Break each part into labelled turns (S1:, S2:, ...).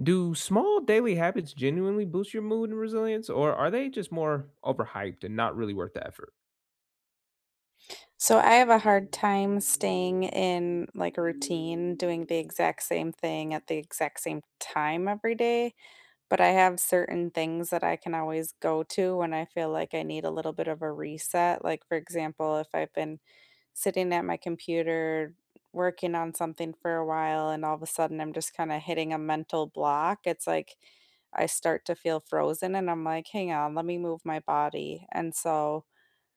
S1: Do small daily habits genuinely boost your mood and resilience, or are they just more overhyped and not really worth the effort?
S2: So I have a hard time staying in a routine, doing the exact same thing at the exact same time every day. But I have certain things that I can always go to when I feel like I need a little bit of a reset. Like, for example, if I've been sitting at my computer working on something for a while and all of a sudden I'm just kind of hitting a mental block, it's like I start to feel frozen and I'm like, hang on, let me move my body. And so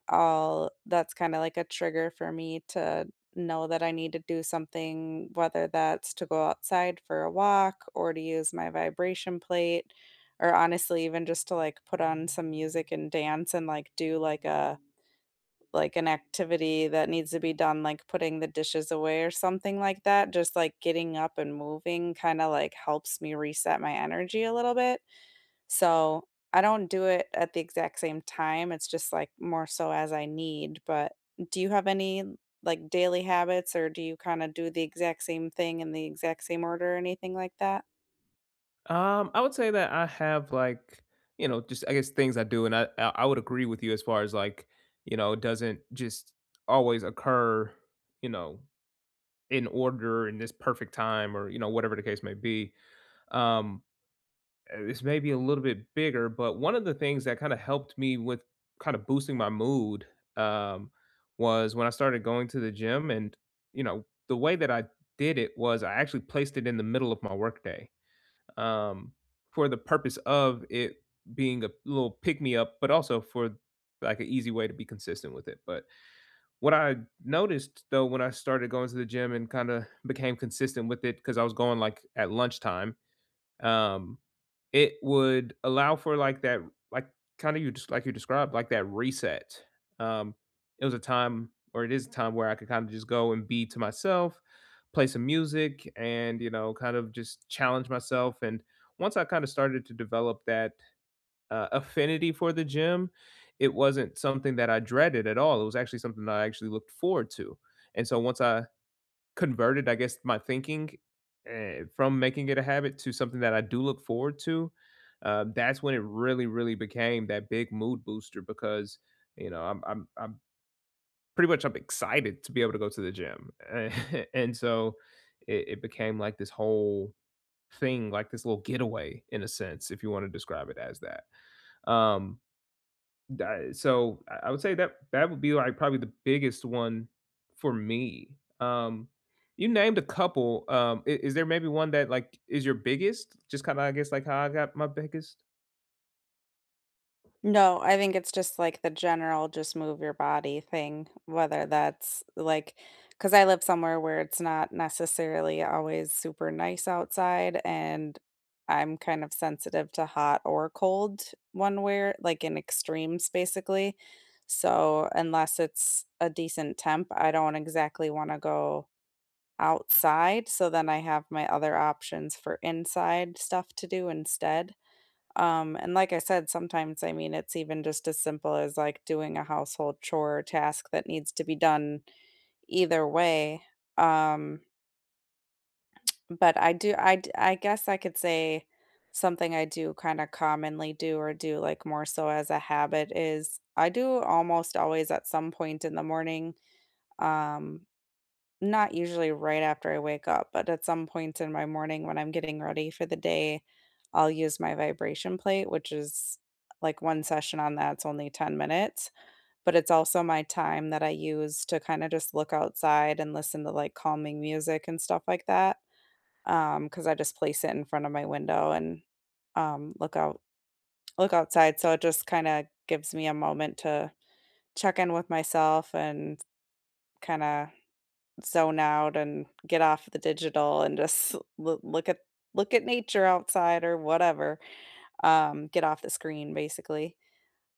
S2: I'll that's kinda like a trigger for me to know that I need to do something, whether that's to go outside for a walk or to use my vibration plate, or honestly, even just to, like, put on some music and dance and, like, do, like, an activity that needs to be done, like putting the dishes away or something like that, just, like, getting up and moving kinda, like, helps me reset my energy a little bit. So, I don't do it at the exact same time, it's just, like, more so as I need, but do you have any, like, daily habits, or do you kinda do the exact same thing in the exact same order or anything like that?
S1: I would say that I have just I guess things I do, and I would agree with you as far as it doesn't just always occur, you know, in order in this perfect time or whatever the case may be. Um, it's maybe a little bit bigger, but one of the things that kind of helped me with kind of boosting my mood um, was when I started going to the gym. And, the way that I did it was I actually placed it in the middle of my workday, um, for the purpose of it being a little pick me up, but also for like an easy way to be consistent with it. But what I noticed though, when I started going to the gym and kind of became consistent with it, because I was going like at lunchtime, um, it would allow for like that, like kind of you just like you described, like that reset. Um, it was a time, or it is a time where I could kind of just go and be to myself, play some music, and kind of just challenge myself. And once I kind of started to develop that affinity for the gym, it wasn't something that I dreaded at all. It was actually something that I actually looked forward to. And so once I converted, I guess, my thinking, from making it a habit to something that I do look forward to, that's when it really, really became that big mood booster because, I'm pretty much I'm excited to be able to go to the gym. And so it became like this whole thing, like this little getaway in a sense, if you want to describe it as that. Um, Di So, I would say that that would be, like, probably the biggest one for me. You named a couple. I Is there maybe one that, like, is your biggest? Just kinda, I guess, like, how I got my biggest?
S2: No, I think it's just like the general just move your body thing, whether that's like, because I live somewhere where it's not necessarily always super nice outside, and I'm kind of sensitive to hot or cold like in extremes basically. So unless it's a decent temp, I don't exactly want to go outside. So then I have my other options for inside stuff to do instead. And like I said, sometimes, I mean, it's even just as simple as like doing a household chore or task that needs to be done either way. Um, but I guess I could say something I do kind of commonly do or do like more so as a habit is I do almost always at some point in the morning. Um, Not usually right after I wake up, but at some points in my morning when I'm getting ready for the day, I'll use my vibration plate, which is like one session on that's only 10 minutes, but it's also my time that I use to kind of just look outside and listen to like calming music and stuff like that. 'Cause because I just place it in front of my window and um look out look outside. So it just kind of gives me a moment to check in with myself and kind of zone out and get off the digital and just look at nature outside or whatever, get off the screen basically.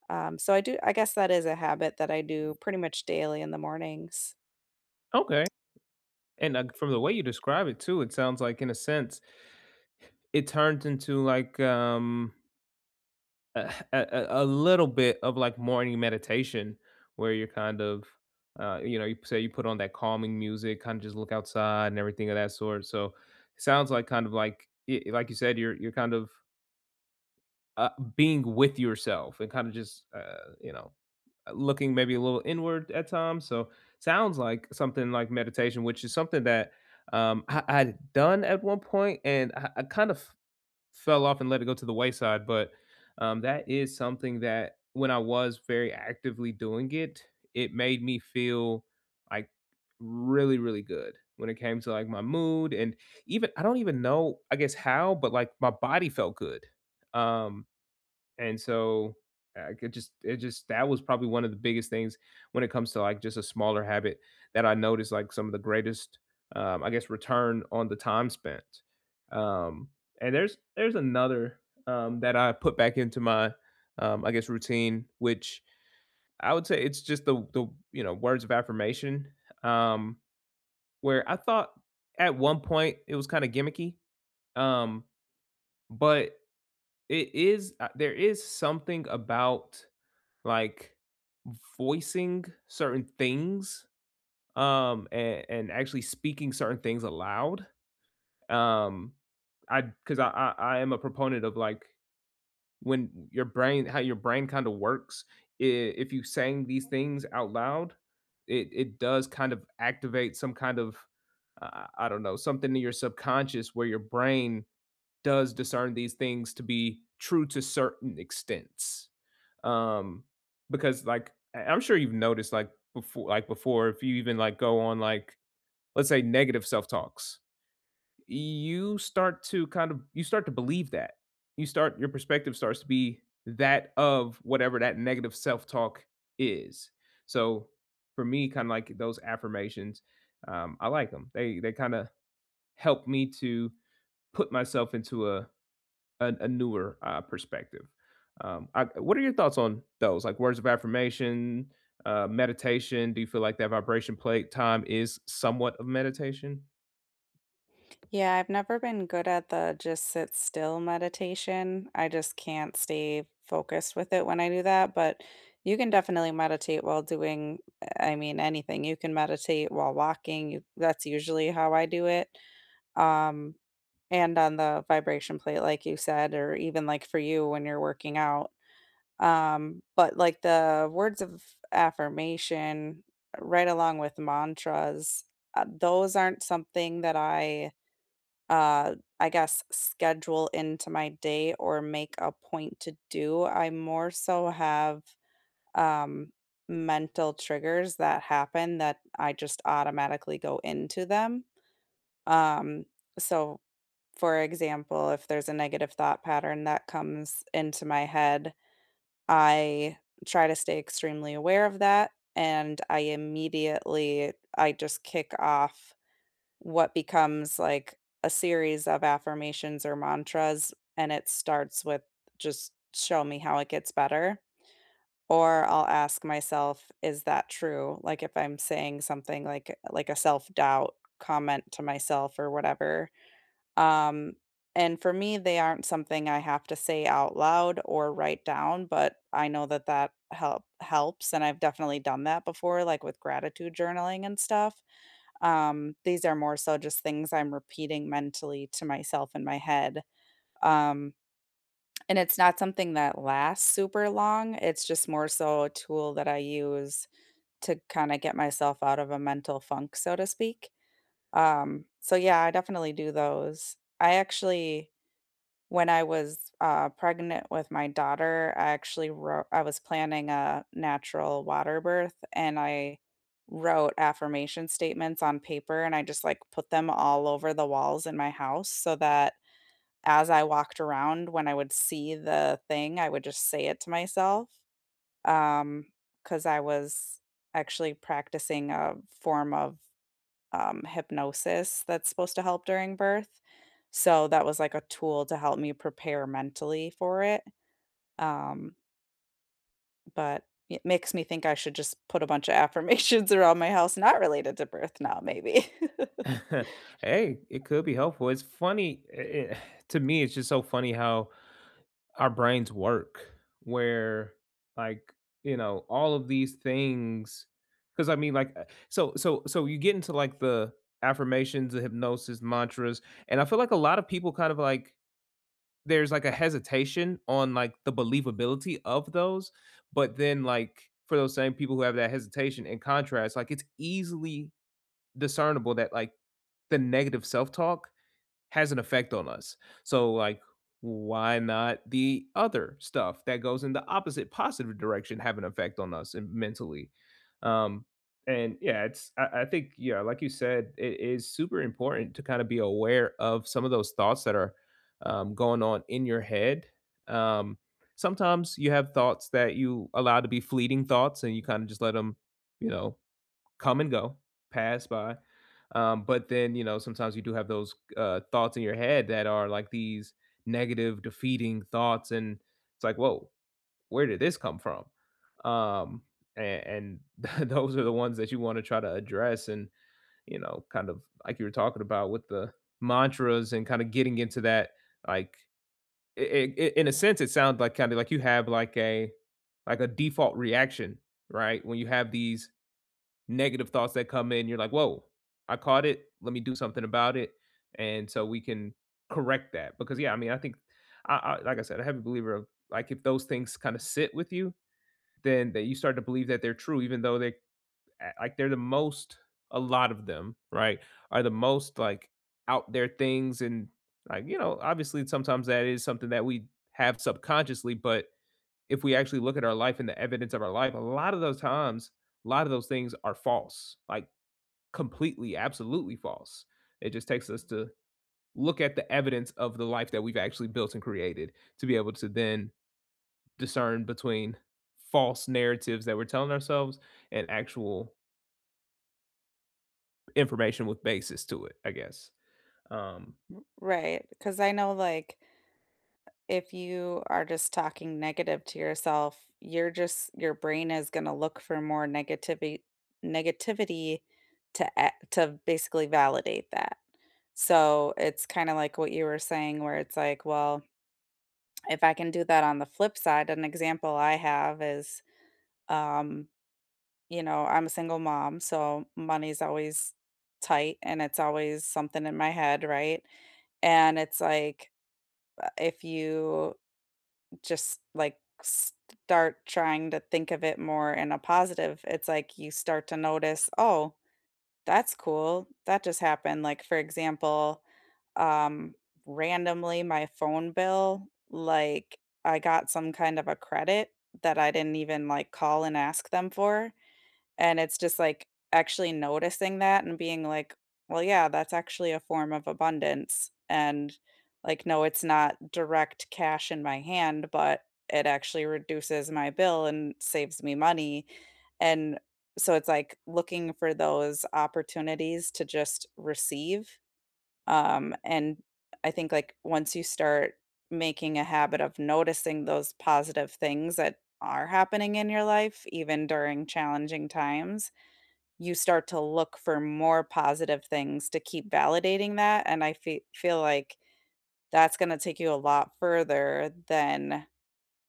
S2: So I do I guess that is a habit that I do pretty much daily in the mornings.
S1: Okay, and, like, from the way you describe it too, it sounds like, in a sense, it turns into, a little bit of like morning meditation where you're kind of you know you say you put on that calming music kind of just look outside and everything of that sort. So it sounds like kind of like like you said you're kind of uh, being with yourself and kind of just looking maybe a little inward at times. So sounds like something like meditation, which is something that I had done at one point, and I kind of fell off and let it go to the wayside. But that is something that when I was very actively doing it, it made me feel like really, really good when it came to like my mood. And even I don't even know, I guess how, but like my body felt good. Um, and so, I could just it just that was probably one of the biggest things when it comes to, like, just a smaller habit that I noticed, like, some of the greatest, I guess, return on the time spent. Um, and there's another, that I put back into my, I guess, routine, which I would say it's just the words of affirmation, um, where I thought at one point it was kinda gimmicky, um, but it is, there is something about like voicing certain things, and actually speaking certain things aloud, um I because I am a proponent of like when your brain how your brain kind of works, i- if you saying these things out loud, it does kind of activate some kind of I don't know something in your subconscious where your brain does discern these things to be true to certain extents. Um, because I'm sure you've noticed like before, if you even like go on like let's say negative self-talks, you start to kind of you start to believe that. You start your perspective starts to be that of whatever that negative self-talk is. So for me, kind of like those affirmations, I like them. They kind of help me to put myself into a newer perspective. What are your thoughts on those? Like words of affirmation, meditation. Do you feel like that vibration plate time is somewhat of meditation?
S2: Yeah, I've never been good at the just sit still meditation. I just can't stay focused with it when I do that, but you can definitely meditate while doing, I mean, anything. You can meditate while walking. That's usually how I do it. Um, And on the vibration plate, like you said, or even like for you when you're working out. But like the words of affirmation, right along with mantras, those aren't something that uh, I guess, schedule into my day or make a point to do. I more so have um, mental triggers that happen that I just automatically go into them. Um, so for example, if there's a negative thought pattern that comes into my head, I try to stay extremely aware of that, and I immediately I just kick off what becomes, like, a series of affirmations or mantras, and it starts with, "Just show me how it gets better," or I'll ask myself, "Is that true?" Like, if I'm saying something like a self-doubt comment to myself or whatever um, and for me, they aren't something I have to say out loud or write down, but I know that that helps, and I've definitely done that before, like with gratitude journaling and stuff. These are more so just things I'm repeating mentally to myself in my head. Um, and it's not something that lasts super long. It's just more so a tool that I use to kind of get myself out of a mental funk, so to speak. So yeah, I definitely do those. I actually When I was, pregnant with my daughter, I actually wrote I was planning a natural water birth, and I wrote affirmation statements on paper, and I just, like, put them all over the walls in my house so that as I walked around, when I would see the thing, I would just say it to myself, Um, because I was actually practicing a form of hypnosis that's supposed to help during birth. So that was like a tool to help me prepare mentally for it. Um, but it makes me think I should just put a bunch of affirmations around my house not related to birth now, maybe.
S1: Hey, it could be helpful. It's funny, eh, to me. It's just so funny how our brains work. Where like you know all of these things. Because I mean, so you get into like the affirmations, the hypnosis, mantras, and I feel like a lot of people kind of like there's like a hesitation on like the believability of those, but then like for those same people who have that hesitation in contrast, like it's easily discernible that like the negative self-talk has an effect on us. So like why not the other stuff that goes in the opposite positive direction have an effect on us and mentally? Um and yeah, it's I think, yeah, like you said, it is super important to kind of be aware of some of those thoughts that are going on in your head. Um Sometimes you have thoughts that you allow to be fleeting thoughts and you kind of just let them, you know, come and go, pass by. But then, sometimes you do have those thoughts in your head that are like these negative, defeating thoughts. And it's like, whoa, where did this come from? Um, and Those are the ones that you want to try to address. And, kind of like you were talking about with the mantras and kind of getting into that, like, in a sense, it sounds like kind of like you have like a default reaction, right? When you have these negative thoughts that come in, you're like, "Whoa, I caught it. Let me do something about it." And so we can correct that because yeah, I mean, I think I like I said, I'm a heavy believer of like if those things kind of sit with you, then that you start to believe that they're true, even though they like they're the most a lot of them, right? Are the most like out there things. And like you know, obviously sometimes that is something that we have subconsciously, but if we actually look at our life and the evidence of our life, a lot of those times, a lot of those things are false. Like completely, absolutely false. It just takes us to look at the evidence of the life that we've actually built and created to be able to then discern between false narratives that we're telling ourselves and actual information with basis to it, I guess. Um,
S2: Right, because I know, like, if you are just talking negative to yourself, you're just your brain is gonna look for more negativity to a to basically validate that. So, it's kinda like what you were saying where it's like, well, if I can do that on the flip side, an example I have is, um, you know, I'm a single mom, so money's always tight and it's always something in my head, right? And it's like if you just like start trying to think of it more in a positive, it's like you start to notice, oh, that's cool. That just happened. Like, for example, um, randomly my phone bill, like I got some kind of a credit that I didn't even like call and ask them for. And it's just like actually noticing that and being like, well, yeah, that's actually a form of abundance. And like, no, it's not direct cash in my hand, but it actually reduces my bill and saves me money. And so it's like looking for those opportunities to just receive. And I think like once you start making a habit of noticing those positive things that are happening in your life, even during challenging times, you start to look for more positive things to keep validating that, and I fe feel like that's gonna take you a lot further than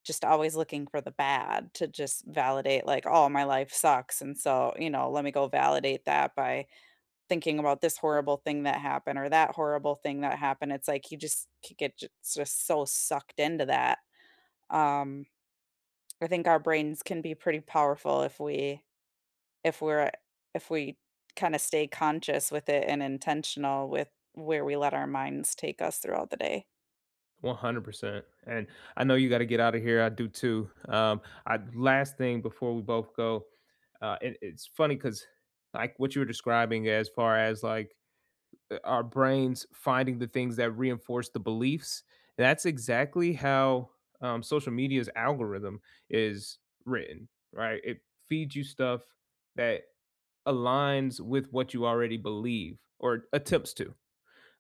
S2: just always looking for the bad to just validate, like, "Oh, my life sucks, and so, you know, let me go validate that by thinking about this horrible thing that happened or that horrible thing that happened." It's like you just c get j just so sucked into that. Um, I think our brains can be pretty powerful if we're if we kind of stay conscious with it and intentional with where we let our minds take us throughout the day.
S1: 100%. And I know you got to get out of here. I do too. I Last thing before we both go, it's funny because like what you were describing as far as like our brains finding the things that reinforce the beliefs. That's exactly how social media's algorithm is written, right? It feeds you stuff that aligns with what you already believe or attempts to.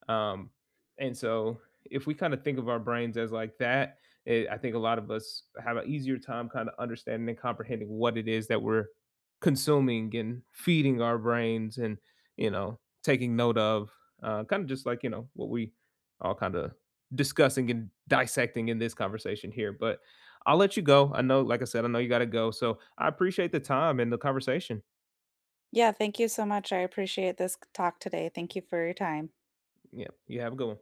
S1: Um, and so if we kind of think of our brains as like that, I think a lot of us have an easier time kind of understanding and comprehending what it is that we're consuming and feeding our brains and, taking note of, kind of just like, what we all kind of discussing and dissecting in this conversation here. But I'll let you go. I know, like I said, I know you got to go. So I appreciate the time and the conversation.
S2: Yeah, thank you so much. I appreciate this talk today. Thank you for your time.
S1: Yeah. You have a good one.